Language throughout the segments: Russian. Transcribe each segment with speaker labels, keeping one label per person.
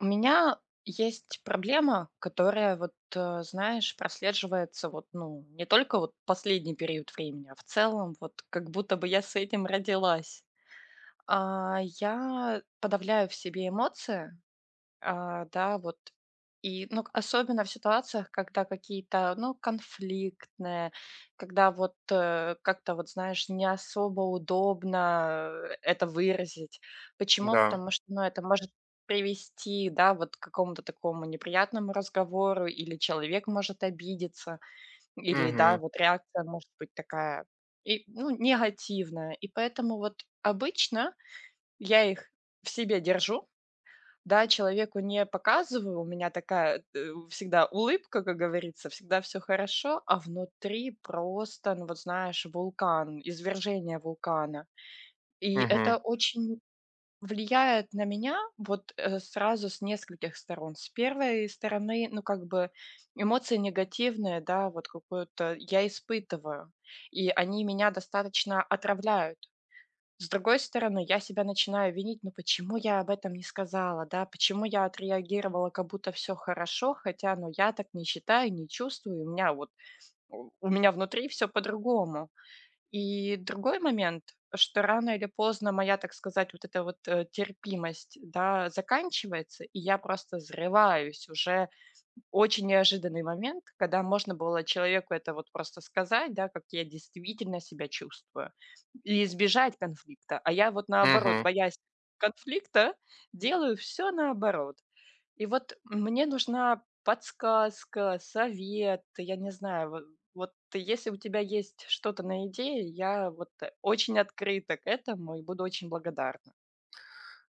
Speaker 1: У меня есть проблема, которая вот, знаешь, прослеживается вот, ну, не только вот последний период времени, а в целом вот как будто бы я с этим родилась. Я подавляю в себе эмоции, да, вот. И, ну, особенно в ситуациях, когда какие-то, ну, конфликтные, когда вот, как-то, вот знаешь, не особо удобно это выразить. Почему?
Speaker 2: Да.
Speaker 1: Потому что, ну, это может привести, да, вот к какому-то такому неприятному разговору, или человек может обидеться, или, да,
Speaker 2: Мгм.
Speaker 1: вот реакция может быть такая, и, ну, негативная. И поэтому вот обычно я их в себе держу, да, человеку не показываю, у меня такая, всегда улыбка, как говорится, всегда все хорошо, а внутри просто, ну, вот знаешь, вулкан, извержение вулкана. И это
Speaker 2: Мгм.
Speaker 1: очень влияет на меня вот, сразу с нескольких сторон. С первой стороны, ну, как бы эмоции негативные, да, вот какую-то я испытываю, и они меня достаточно отравляют. С другой стороны, я себя начинаю винить, ну почему я об этом не сказала, да, почему я отреагировала, как будто все хорошо, хотя, ну, я так не считаю, не чувствую, у меня вот, у меня внутри все по-другому. И другой момент, что рано или поздно моя, так сказать, вот эта вот, терпимость, да, заканчивается, и я просто взрываюсь уже очень неожиданный момент, когда можно было человеку это вот просто сказать, да, как я действительно себя чувствую, и избежать конфликта. А я вот наоборот,
Speaker 2: Мгм.
Speaker 1: боясь конфликта, делаю все наоборот. И вот мне нужна подсказка, совет, я не знаю, во вот если у тебя есть что-то на идее, я вот, очень открыта к этому и буду очень благодарна.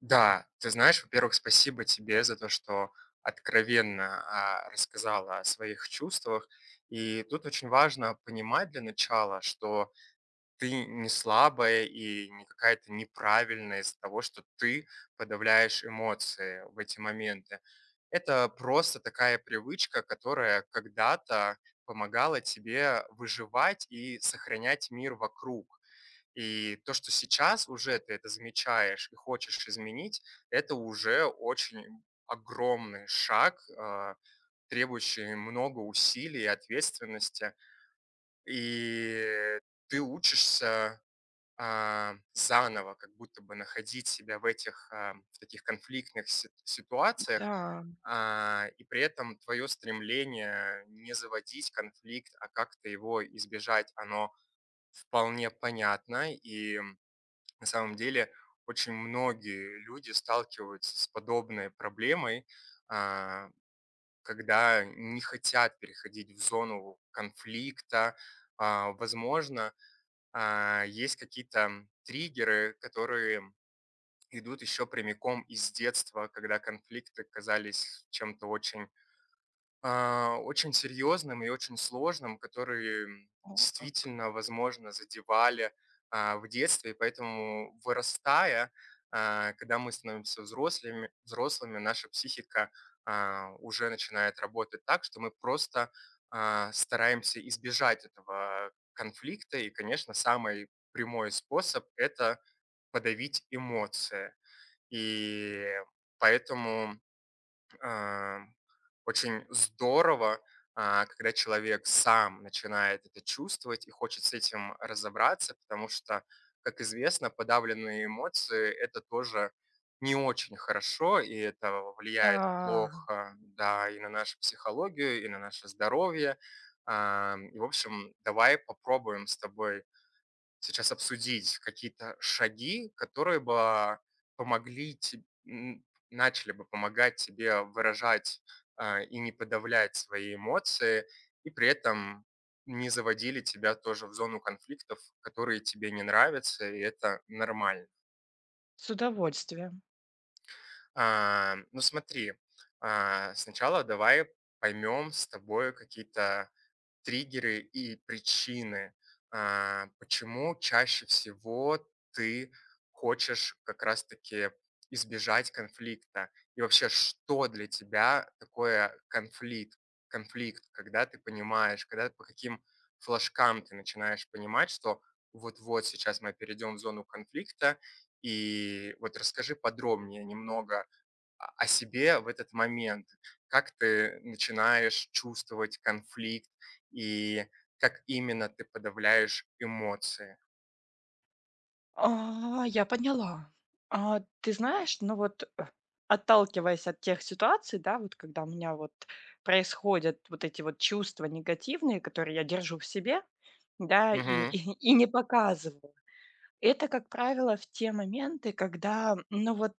Speaker 2: Да, ты знаешь, во-первых, спасибо тебе за то, что откровенно, рассказала о своих чувствах. И тут очень важно понимать для начала, что ты не слабая и не какая-то неправильная из-за того, что ты подавляешь эмоции в эти моменты. Это просто такая привычка, которая когда-то помогала тебе выживать и сохранять мир вокруг. И то, что сейчас уже ты это замечаешь и хочешь изменить, это уже очень огромный шаг, требующий много усилий и ответственности. И ты учишься заново, как будто бы находить себя в этих в таких конфликтных ситуациях,
Speaker 1: Да,
Speaker 2: и при этом твое стремление не заводить конфликт, а как-то его избежать, оно вполне понятно, и на самом деле очень многие люди сталкиваются с подобной проблемой, а, когда не хотят переходить в зону конфликта. Возможно, есть какие-то триггеры, которые идут еще прямиком из детства, когда конфликты казались чем-то очень очень серьезным и очень сложным, которые,
Speaker 1: о как.
Speaker 2: действительно, возможно, задевали, в детстве. И поэтому, вырастая, когда мы становимся взрослыми, наша психика, уже начинает работать так, что мы просто, стараемся избежать этого конфликта. И, конечно, самый прямой способ — это подавить эмоции. И поэтому а, очень здорово, когда человек сам начинает это чувствовать и хочет с этим разобраться, потому что, как известно, подавленные эмоции — это тоже не очень хорошо, и это влияет
Speaker 1: Да,
Speaker 2: плохо, да, и на нашу психологию, и на наше здоровье. И, в общем, давай попробуем с тобой сейчас обсудить какие-то шаги, которые бы помогли начали бы помогать тебе выражать, и не подавлять свои эмоции, и при этом не заводили тебя тоже в зону конфликтов, которые тебе не нравятся, и это нормально.
Speaker 1: с удовольствием.
Speaker 2: Ну смотри, сначала давай поймем с тобой какие-то триггеры и причины, почему чаще всего ты хочешь как раз-таки избежать конфликта. И вообще, что для тебя такое конфликт, когда ты понимаешь, когда по каким флажкам ты начинаешь понимать, что вот-вот сейчас мы перейдем в зону конфликта, и вот расскажи подробнее немного о себе в этот момент, как ты начинаешь чувствовать конфликт и как именно ты подавляешь эмоции.
Speaker 1: Я поняла. Ты знаешь, ну вот, отталкиваясь от тех ситуаций, да, вот когда у меня вот происходят вот эти вот чувства негативные, которые я держу в себе, да, и,
Speaker 2: Мгм.
Speaker 1: и, и не показываю. Это, как правило, в те моменты, когда, ну вот,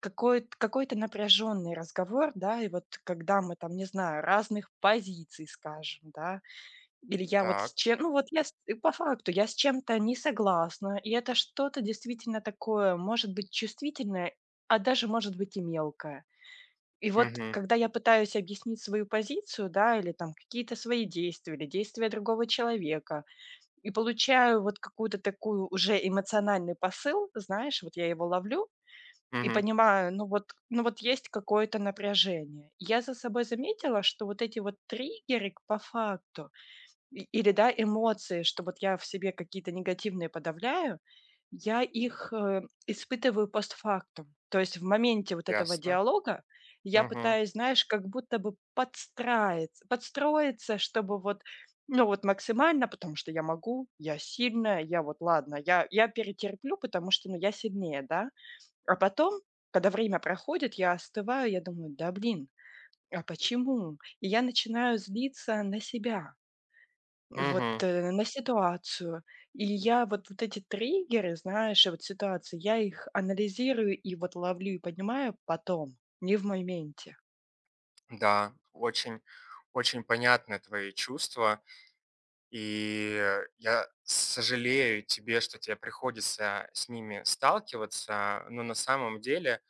Speaker 1: какой-то напряженный разговор, да, и вот когда мы там, не знаю, разных позиций, скажем, да, или я вот с
Speaker 2: Так.
Speaker 1: чем ну, вот я с и по факту я с чем-то не согласна, и это что-то действительно такое, может быть, чувствительное, а даже, может быть, и мелкое. И вот
Speaker 2: Мгм.
Speaker 1: когда я пытаюсь объяснить свою позицию, да, или там какие-то свои действия, или действия другого человека, и получаю вот какую-то такую уже эмоциональный посыл, знаешь, вот я его ловлю и
Speaker 2: Мгм.
Speaker 1: понимаю, ну вот есть какое-то напряжение. Я за собой заметила, что вот эти вот триггеры по факту или, да, эмоции, что вот я в себе какие-то негативные подавляю, я их, испытываю постфактум. То есть в моменте вот этого
Speaker 2: Ясно.
Speaker 1: диалога я
Speaker 2: Мгм.
Speaker 1: пытаюсь, знаешь, как будто бы подстраиться подстроиться, чтобы вот, ну, вот максимально, потому что я могу, я сильная, я вот ладно, я перетерплю, потому что, ну, я сильнее, да. А потом, когда время проходит, я остываю, я думаю: "Да блин, а почему?" И я начинаю злиться на себя. Вот,
Speaker 2: Мгм.
Speaker 1: на ситуацию. И я вот эти триггеры, знаешь, и вот ситуации, я их анализирую и вот ловлю и поднимаю потом, не в моменте.
Speaker 2: Да, очень, очень понятны твои чувства, и я сожалею тебе, что тебе приходится с ними сталкиваться, но на самом деле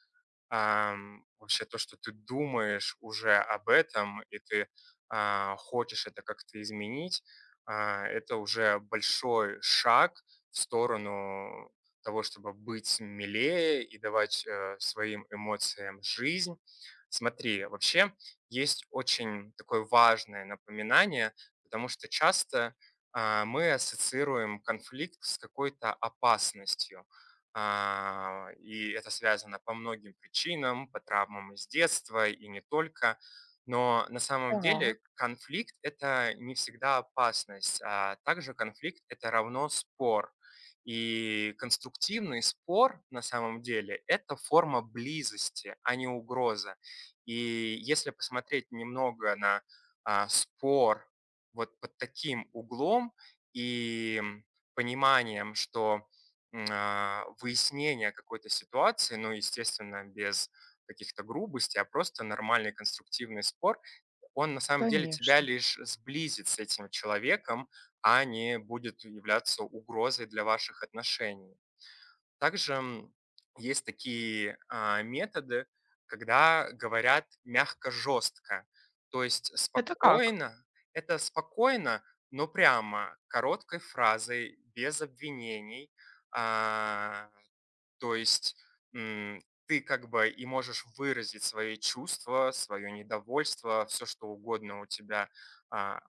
Speaker 2: вообще то, что ты думаешь уже об этом, и ты хочешь это как-то изменить, это уже большой шаг в сторону того, чтобы быть милее и давать своим эмоциям жизнь. Смотри, вообще есть очень такое важное напоминание, потому что часто мы ассоциируем конфликт с какой-то опасностью. И это связано по многим причинам, по травмам из детства и не только. Но на самом
Speaker 1: Так,
Speaker 2: деле конфликт — это не всегда опасность, а также конфликт — это равно спор. И конструктивный спор на самом деле — это форма близости, а не угроза. И если посмотреть немного на спор вот под таким углом и пониманием, что выяснения какой-то ситуации, ну, естественно, без каких-то грубостей, а просто нормальный конструктивный спор, он на самом деле тебя
Speaker 1: конечно.
Speaker 2: лишь сблизит с этим человеком, а не будет являться угрозой для ваших отношений. Также, есть такие, методы, когда говорят мягко-жестко. То есть
Speaker 1: Это как?
Speaker 2: спокойно — это спокойно, но прямо, короткой фразой, без обвинений. А То есть м, ты как бы и можешь выразить свои чувства, свое недовольство, все, что угодно у тебя,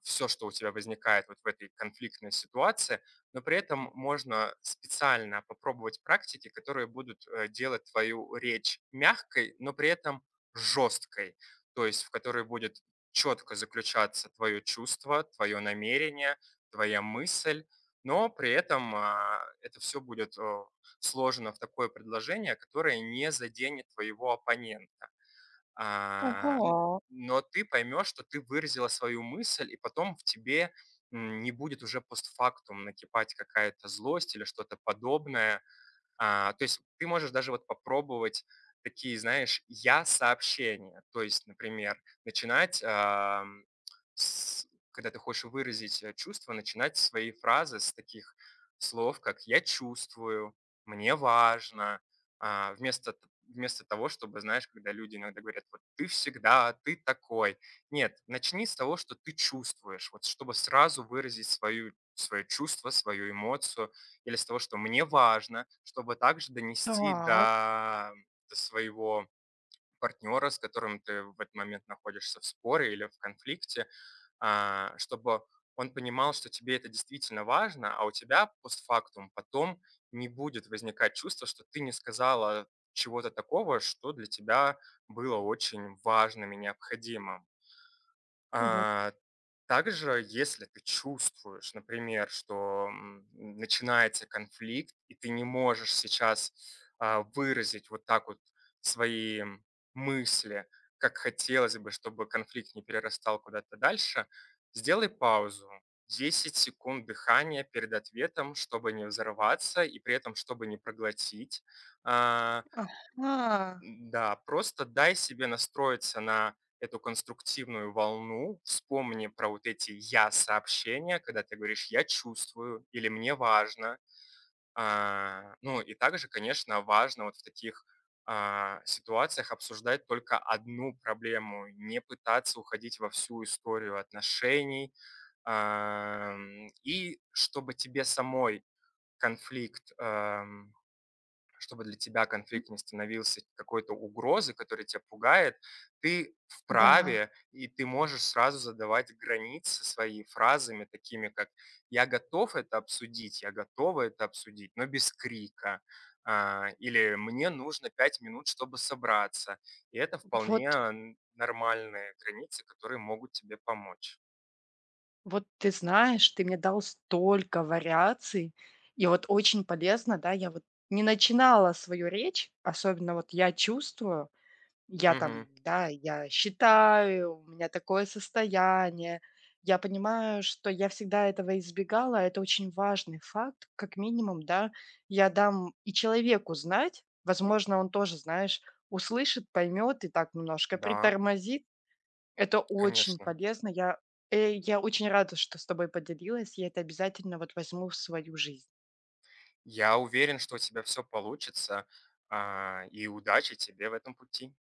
Speaker 2: все, что у тебя возникает вот в этой конфликтной ситуации, но при этом можно специально попробовать практики, которые будут делать твою речь мягкой, но при этом жесткой, то есть в которой будет четко заключаться твое чувство, твое намерение, твоя мысль, но при этом это все будет сложено в такое предложение, которое не заденет твоего оппонента. А, н-
Speaker 1: Ого.
Speaker 2: но ты поймешь, что ты выразила свою мысль, и потом в тебе не будет уже постфактум накипать какая-то злость или что-то подобное, то есть ты можешь даже вот попробовать такие, знаешь, я-сообщения. То есть, например, начинать, с когда ты хочешь выразить, чувства, начинать свои фразы с таких слов, как "я чувствую", "мне важно". А, вместо т Вместо того, чтобы, знаешь, когда люди иногда говорят: "Вот ты всегда, ты такой". Нет, начни с того, что ты чувствуешь, вот чтобы сразу выразить свою свое чувство, свою эмоцию или с того, что мне важно, чтобы также донести
Speaker 1: Так,
Speaker 2: до, до своего партнера, с которым ты в этот момент находишься в споре или в конфликте, чтобы он понимал, что тебе это действительно важно, а у тебя постфактум потом не будет возникать чувство, что ты не сказала чего-то такого, что для тебя было очень важным и необходимым.
Speaker 1: вот.
Speaker 2: А, Также, если ты чувствуешь, например, что начинается конфликт, и ты не можешь сейчас выразить вот так вот свои мысли, как хотелось бы, чтобы конфликт не перерастал куда-то дальше, сделай паузу. 10 секунд дыхания перед ответом, чтобы не взорваться и при этом, чтобы не проглотить а,
Speaker 1: Ага,
Speaker 2: да, просто дай себе настроиться на эту конструктивную волну, вспомни про вот эти «я»-сообщения, когда ты говоришь «я чувствую» или «мне важно». Ну и также, конечно, важно вот в таких ситуациях обсуждать только одну проблему, не пытаться уходить во всю историю отношений. И чтобы тебе самой конфликт, чтобы для тебя конфликт не становился какой-то угрозой, которая тебя пугает, ты
Speaker 1: да.
Speaker 2: вправе и ты можешь сразу задавать границы свои фразами, такими как «я готов это обсудить», «я готова это обсудить», но без крика, или «мне нужно 5 минут, чтобы собраться». И это вполне
Speaker 1: Вот,
Speaker 2: нормальные границы, которые могут тебе помочь.
Speaker 1: вот ты знаешь, ты мне дал столько вариаций, и вот очень полезно, да, я вот не начинала свою речь, особенно вот я чувствую, я там,
Speaker 2: Мгм.
Speaker 1: да, я считаю, у меня такое состояние. Я понимаю, что я всегда этого избегала. Это очень важный факт. Как минимум, да, я дам и человеку знать. Возможно, он тоже, знаешь, услышит, поймет и так немножко
Speaker 2: Да,
Speaker 1: притормозит. Это очень
Speaker 2: конечно.
Speaker 1: полезно. Я очень рада, что с тобой поделилась. Я это обязательно вот возьму в свою жизнь.
Speaker 2: Я уверен, что у тебя все получится, и удачи тебе в этом пути.